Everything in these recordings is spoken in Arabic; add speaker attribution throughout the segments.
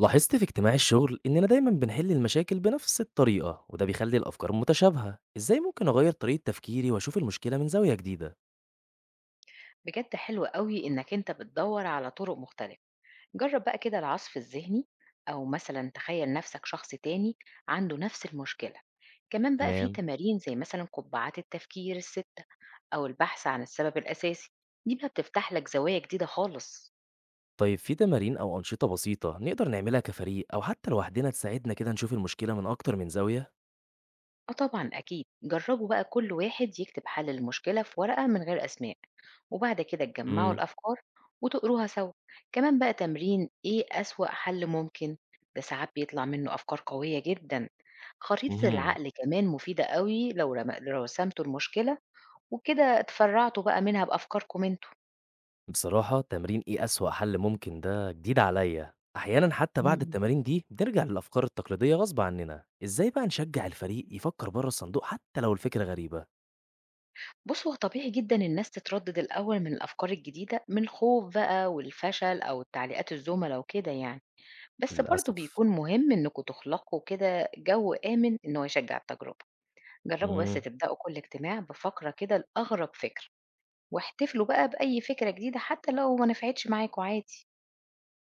Speaker 1: لاحظت في اجتماع الشغل إننا دايما بنحل المشاكل بنفس الطريقة، وده بيخلي الأفكار متشابهة. إزاي ممكن أغير طريقة تفكيري وأشوف المشكلة من زاوية جديدة؟
Speaker 2: بجد حلو قوي إنك أنت بتدور على طرق مختلفة. جرب بقى كده العصف الذهني، أو مثلا تخيل نفسك شخص تاني عنده نفس المشكلة. كمان بقى في
Speaker 1: تمام.
Speaker 2: تمارين زي مثلا قبعات التفكير الستة أو البحث عن السبب الأساسي، دي بقى بتفتح لك زوايا جديدة خالص.
Speaker 1: طيب، في تمارين أو أنشطة بسيطة نقدر نعملها كفريق أو حتى لوحدنا تساعدنا كده نشوف المشكلة من أكتر من زاوية؟
Speaker 2: آه طبعًا أكيد، جرّبوا بقى كل واحد يكتب حل المشكلة في ورقة من غير أسماء، وبعد كده تجمّعوا
Speaker 1: امم
Speaker 2: الأفكار وتقروها سوا، كمان بقى تمرين إيه أسوأ حل ممكن، ده ساعات بيطلع منه أفكار قوية جدًا، خريطة
Speaker 1: امم
Speaker 2: العقل كمان مفيدة أوي لو رسمتوا المشكلة وكده اتفرّعتوا بقى منها بأفكاركم أنتم.
Speaker 1: بصراحة تمرين إيه أسوأ حل ممكن ده جديد عليا. أحيانا حتى
Speaker 2: إمم،
Speaker 1: بعد
Speaker 2: إمم.
Speaker 1: التمارين دي بنرجع للأفكار التقليدية غصب عننا. إزاي بقى نشجع الفريق يفكر بره الصندوق حتى لو الفكرة غريبة؟
Speaker 2: بُصّوا هو طبيعي جدًا الناس تتردد الأول من الأفكار الجديدة من الخوف بقى والفشل أو تعليقات الزملا وكده يعني. بس برضه
Speaker 1: للأسف.
Speaker 2: بيكون مهم إنكم تخلقوا كده جو آمن إن هو يشجع التجربة، جربوا بس
Speaker 1: مم.
Speaker 2: تبدأوا كل اجتماع بفقرة كده لأغرب فكرة، واحتفلوا بقى بأي فكرة جديدة حتى لو ما نفعتش معاكوا عادي.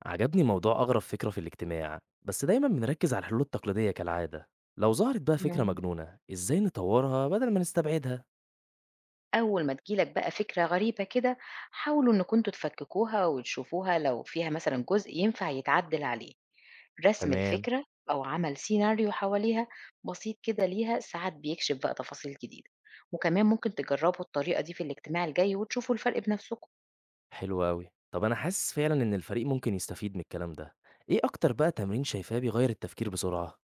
Speaker 1: عجبني موضوع أغرب فكرة في الاجتماع، بس دايما بنركز على الحلول التقليدية كالعادة. لو ظهرت بقى فكرة
Speaker 2: مم.
Speaker 1: مجنونة، إزاي نطورها بدل ما نستبعدها؟
Speaker 2: أول ما تجيلك بقى فكرة غريبة كده حاولوا إنكم انتوا تفككوها وتشوفوها لو فيها مثلا جزء ينفع يتعدل عليه، رسم
Speaker 1: تمام.
Speaker 2: الفكرة أو عمل سيناريو حواليها بسيط كده ليها ساعات بيكشف بقى تفاصيل جديدة، وكمان ممكن تجربوا الطريقة دي في الاجتماع الجاي وتشوفوا الفرق بنفسكم.
Speaker 1: حلو أوي. طب أنا حاسس فعلا إن الفريق ممكن يستفيد من الكلام ده. إيه أكتر بقى تمرين شايفاه بيغير التفكير بسرعة؟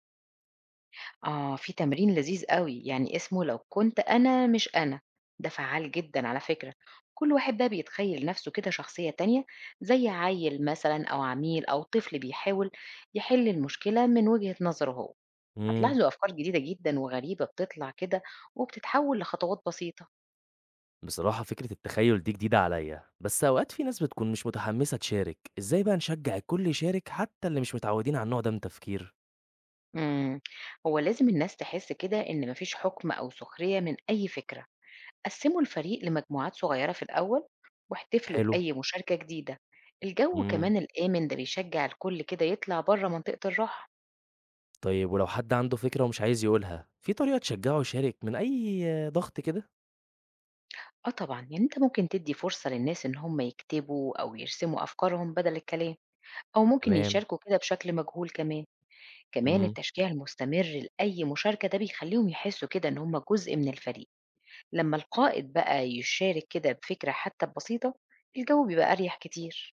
Speaker 2: آه، في تمرين لذيذ أوي، يعني اسمه لو كنت أنا مش أنا، ده فعّال جدًا على فكرة، كل واحد بقى بيتخيّل نَفْسه كده شخصية تانية، زي عيّل مثلًا أو عميل أو طفل بيحاول يحل المشكلة من وجهة نظره هو،
Speaker 1: مم.
Speaker 2: هتلاحظوا أفكار جديدة جدًا وغريبة بتطلع كده وبتتحوّل لخطوات بسيطة.
Speaker 1: بصراحة فكرة التخيل دي جديدة عليا، بس أوقات في ناس بتكون مش متحمسة تشارك. إزاي بقى نشجع الكل يشارك حتى اللي مش متعودين على النوع ده من التفكير؟
Speaker 2: إمم، هو لازم الناس تحس كده إن ما فيش حُكم أو سخرية من أي فكرة. قسموا الفريق لمجموعات صغيرة في الأول واحتفلوا
Speaker 1: حلو.
Speaker 2: بأي مشاركة جديدة. الجو
Speaker 1: مم.
Speaker 2: كمان الآمن ده بيشجع الكل كده يطلع بره منطقة الراحة.
Speaker 1: طيب، ولو حد عنده فكرة ومش عايز يقولها، في طريقة تشجّعه يشارك من أي ضغط كده؟
Speaker 2: اه طبعا يعني انت ممكن تدي فرصة للناس ان هم يكتبوا او يرسموا افكارهم بدل الكلام، او ممكن
Speaker 1: تمام.
Speaker 2: يشاركوا كده بشكل مجهول كمان. كمان
Speaker 1: إمم.
Speaker 2: التشجيع المستمر لأي مشاركة ده بيخليهم يحسوا كده ان هم جزء من الفريق. لما القائد بقى يشارك كده بفكرة حتى بسيطة الجو بيبقى اريح كتير.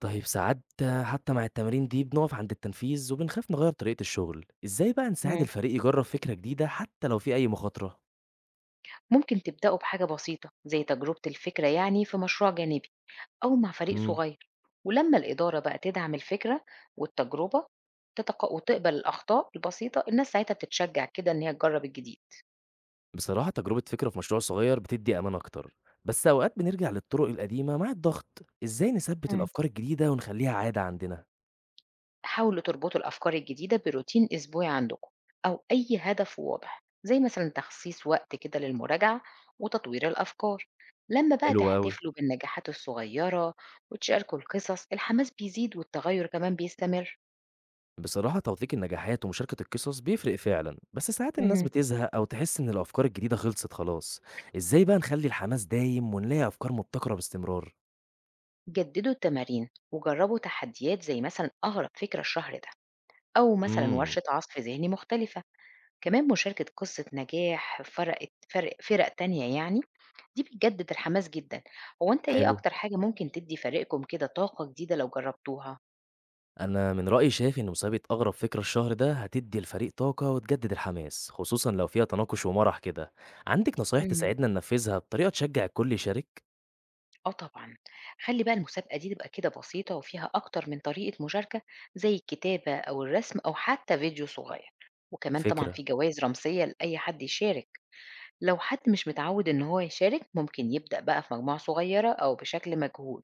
Speaker 1: طيب ساعات حتى مع التمارين دي بنقف عند التنفيذ وبنخاف نغيّر طريقة الشغل، إزاي بقى نساعد
Speaker 2: مم.
Speaker 1: الفريق يجرّب فكرة جديدة حتى لو في أي مخاطرة؟
Speaker 2: ممكن تبدأوا بحاجة بسيطة زي تجربة الفكرة يعني في مشروع جانبي أو مع فريق
Speaker 1: إمم.
Speaker 2: صغير، ولما الإدارة بقى تدعم الفكرة والتجربة وتقبل الأخطاء البسيطة الناس ساعتها بتتشجع كده إن هي تجرب الجديد.
Speaker 1: بصراحة تجربة فكرة في مشروع صغير بتدّي أمان أكتر، بس أوقات بنرجع للطرق القديمة مع الضغط. إزاي نثبّت
Speaker 2: مم.
Speaker 1: الأفكار الجديدة ونخلّيها عادة عندنا؟
Speaker 2: حاولوا تربطوا الأفكار الجديدة بروتين أسبوعي عندكم أو أي هدف واضح زي مثلا تخصيص وقت كده للمراجعة وتطوير الأفكار. لما بقى
Speaker 1: حلو أوي.
Speaker 2: تحتفلوا بالنجاحات الصغيرة وتشاركوا القصص الحماس بيزيد والتغير كمان بيستمر.
Speaker 1: بصراحة توثيق النجاحات ومشاركة القصص بيفرق فعلا، بس ساعات الناس
Speaker 2: مهم.
Speaker 1: بتزهق أو تحس إن الأفكار الجديدة خلصت خلاص. إزاي بقى نخلي الحماس دايم ونلاقي أفكار مبتكرة باستمرار؟
Speaker 2: جددوا التمارين وجربوا تحديات زي مثلا أغرب فكرة الشهر ده أو مثلا
Speaker 1: امم
Speaker 2: ورشة عصف ذهني مختلفة. كمان مشاركة قصة نجاح فرقت فرق فرق تانية يعني، دي بتجدد الحماس جدا. هو أنت إيه
Speaker 1: حلو.
Speaker 2: أكتر حاجة ممكن تدي فريقكم كده طاقة جديدة لو جربتوها؟
Speaker 1: أنا من رأيي شايف إن مسابقة أغرب فكرة الشهر ده هتدي الفريق طاقة وتجدد الحماس، خصوصا لو فيها تناقش ومرح كده. عندك نصايح
Speaker 2: مم.
Speaker 1: تساعدنا ننفذها بطريقة تشجع الكل يشارك؟
Speaker 2: اه طبعا، خلي بقى المسابقة دي تبقى كده بسيطة وفيها أكتر من طريقة مشاركة، زي الكتابة أو الرسم أو حتى فيديو صغير، وكمان طبعا
Speaker 1: فكرة.
Speaker 2: في جوائز رمزية لأي حد يشارك. لو حد مش متعود إن هو يشارك ممكن يبدأ بقى في مجموعة صغيرة أو بشكل مجهول.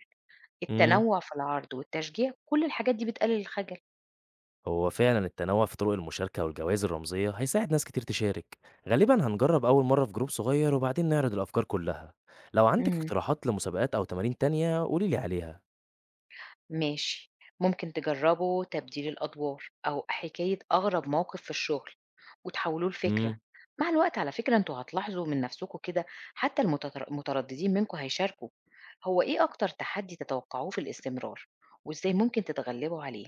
Speaker 1: مم.
Speaker 2: التنوع في العرض والتشجيع كل الحاجات دي بتقلل الخجل.
Speaker 1: هو فعلا التنوع في طرق المشاركة والجوائز الرمزية هيساعد ناس كتير تشارك. غالبا هنجرب أول مرة في جروب صغير وبعدين نعرض الأفكار كلها. لو عندك
Speaker 2: امم،
Speaker 1: اقتراحات لمسابقات أو تمارين تانية قوليلي عليها.
Speaker 2: ماشي. ممكن تجربوا تبديل الأدوار أو حكاية أغرب موقف في الشغل وتحولوه لفكرة.
Speaker 1: امم
Speaker 2: مع الوقت على فكرة انتوا هتلاحظوا من نفسكم كده حتى المترددين منكم هيشاركوا. هو ايه أكتر تحدي تتوقعوه في الاستمرار وازاي ممكن تتغلبوا عليه؟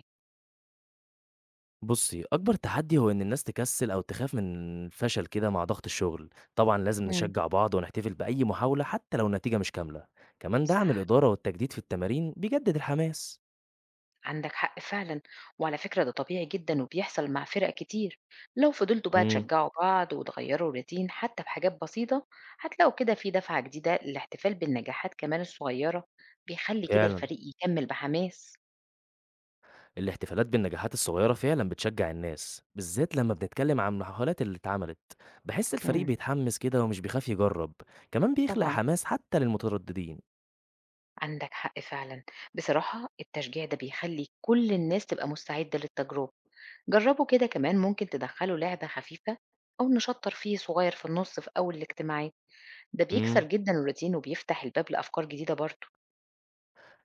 Speaker 1: بصي، أكبر تحدي هو إن الناس تكسل أو تخاف من الفشل كده مع ضغط الشغل. طبعا لازم
Speaker 2: امم،
Speaker 1: نشجع بعض ونحتفل بأي محاولة حتى لو النتيجة مش كاملة. كمان
Speaker 2: صح،
Speaker 1: دعم الإدارة والتجديد في التمارين بيجدد الحماس.
Speaker 2: عندك حق فعلا. وعلى فكرة ده طبيعي جدا وبيحصل مع فرق كتير. لو فضلتوا بقى
Speaker 1: امم
Speaker 2: تشجعوا بعض وتغيروا الروتين حتى بحاجات بسيطة هتلاقوا كده في دفعة جديدة. الاحتفال بالنجاحات كمان الصغيرة بيخلي كده
Speaker 1: فعلا،
Speaker 2: الفريق يكمل بحماس.
Speaker 1: الاحتفالات بالنجاحات الصغيرة فعلا بتشجع الناس، بالذات لما بنتكلم عن الحفلات اللي اتعملت. بحس الفريق
Speaker 2: مم.
Speaker 1: بيتحمس كده ومش بيخاف يجرب. كمان بيخلق
Speaker 2: طبعا،
Speaker 1: حماس حتى للمترددين.
Speaker 2: عندك حق فعلا. بصراحة التشجيع ده بيخلي كل الناس تبقى مستعدة للتجربة. جربوا كده كمان ممكن تدخلوا لعبة خفيفة أو نشاط ترفيهي صغير في النص في أول الاجتماعات، ده بيكسر
Speaker 1: امم
Speaker 2: جدًا الروتين وبيفتح الباب لأفكار جديدة برضه.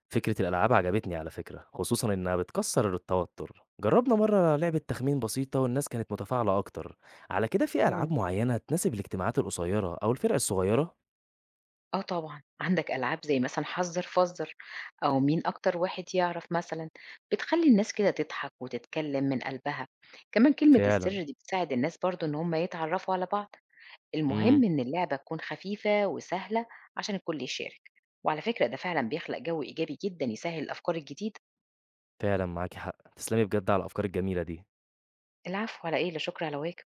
Speaker 1: فكرة الألعاب عجبتني على فكرة، خصوصا إنها بتكسر التوتر. جربنا مرة لعبة تخمين بسيطة والناس كانت متفاعلة أكتر. على كده، في ألعاب
Speaker 2: إمم.
Speaker 1: معينة تناسب الاجتماعات القصيرة أو الفرق الصغيرة؟
Speaker 2: آه طبعًا، عندك ألعاب زي مثلًا حَذّر فَذّر أو مين أكتر واحد يعرف مثلًا، بتخلّي الناس كده تضحك وتتكلّم من قلبها. كمان كلمة
Speaker 1: فعلا.
Speaker 2: السر دي بتساعد الناس برضه إن هم يتعرّفوا على بعض.
Speaker 1: امم
Speaker 2: المهم إن اللعبة تكون خفيفة وسهلة عشان الكل يشارك. وعلى فكرة ده فعلًا بيخلق جو إيجابي جدًا يسهّل الأفكار الجديدة.
Speaker 1: فعلا معاكي حق، تسلمي بجد على الأفكار الجميلة دي.
Speaker 2: العفو على إيه، لا شكر على واجب.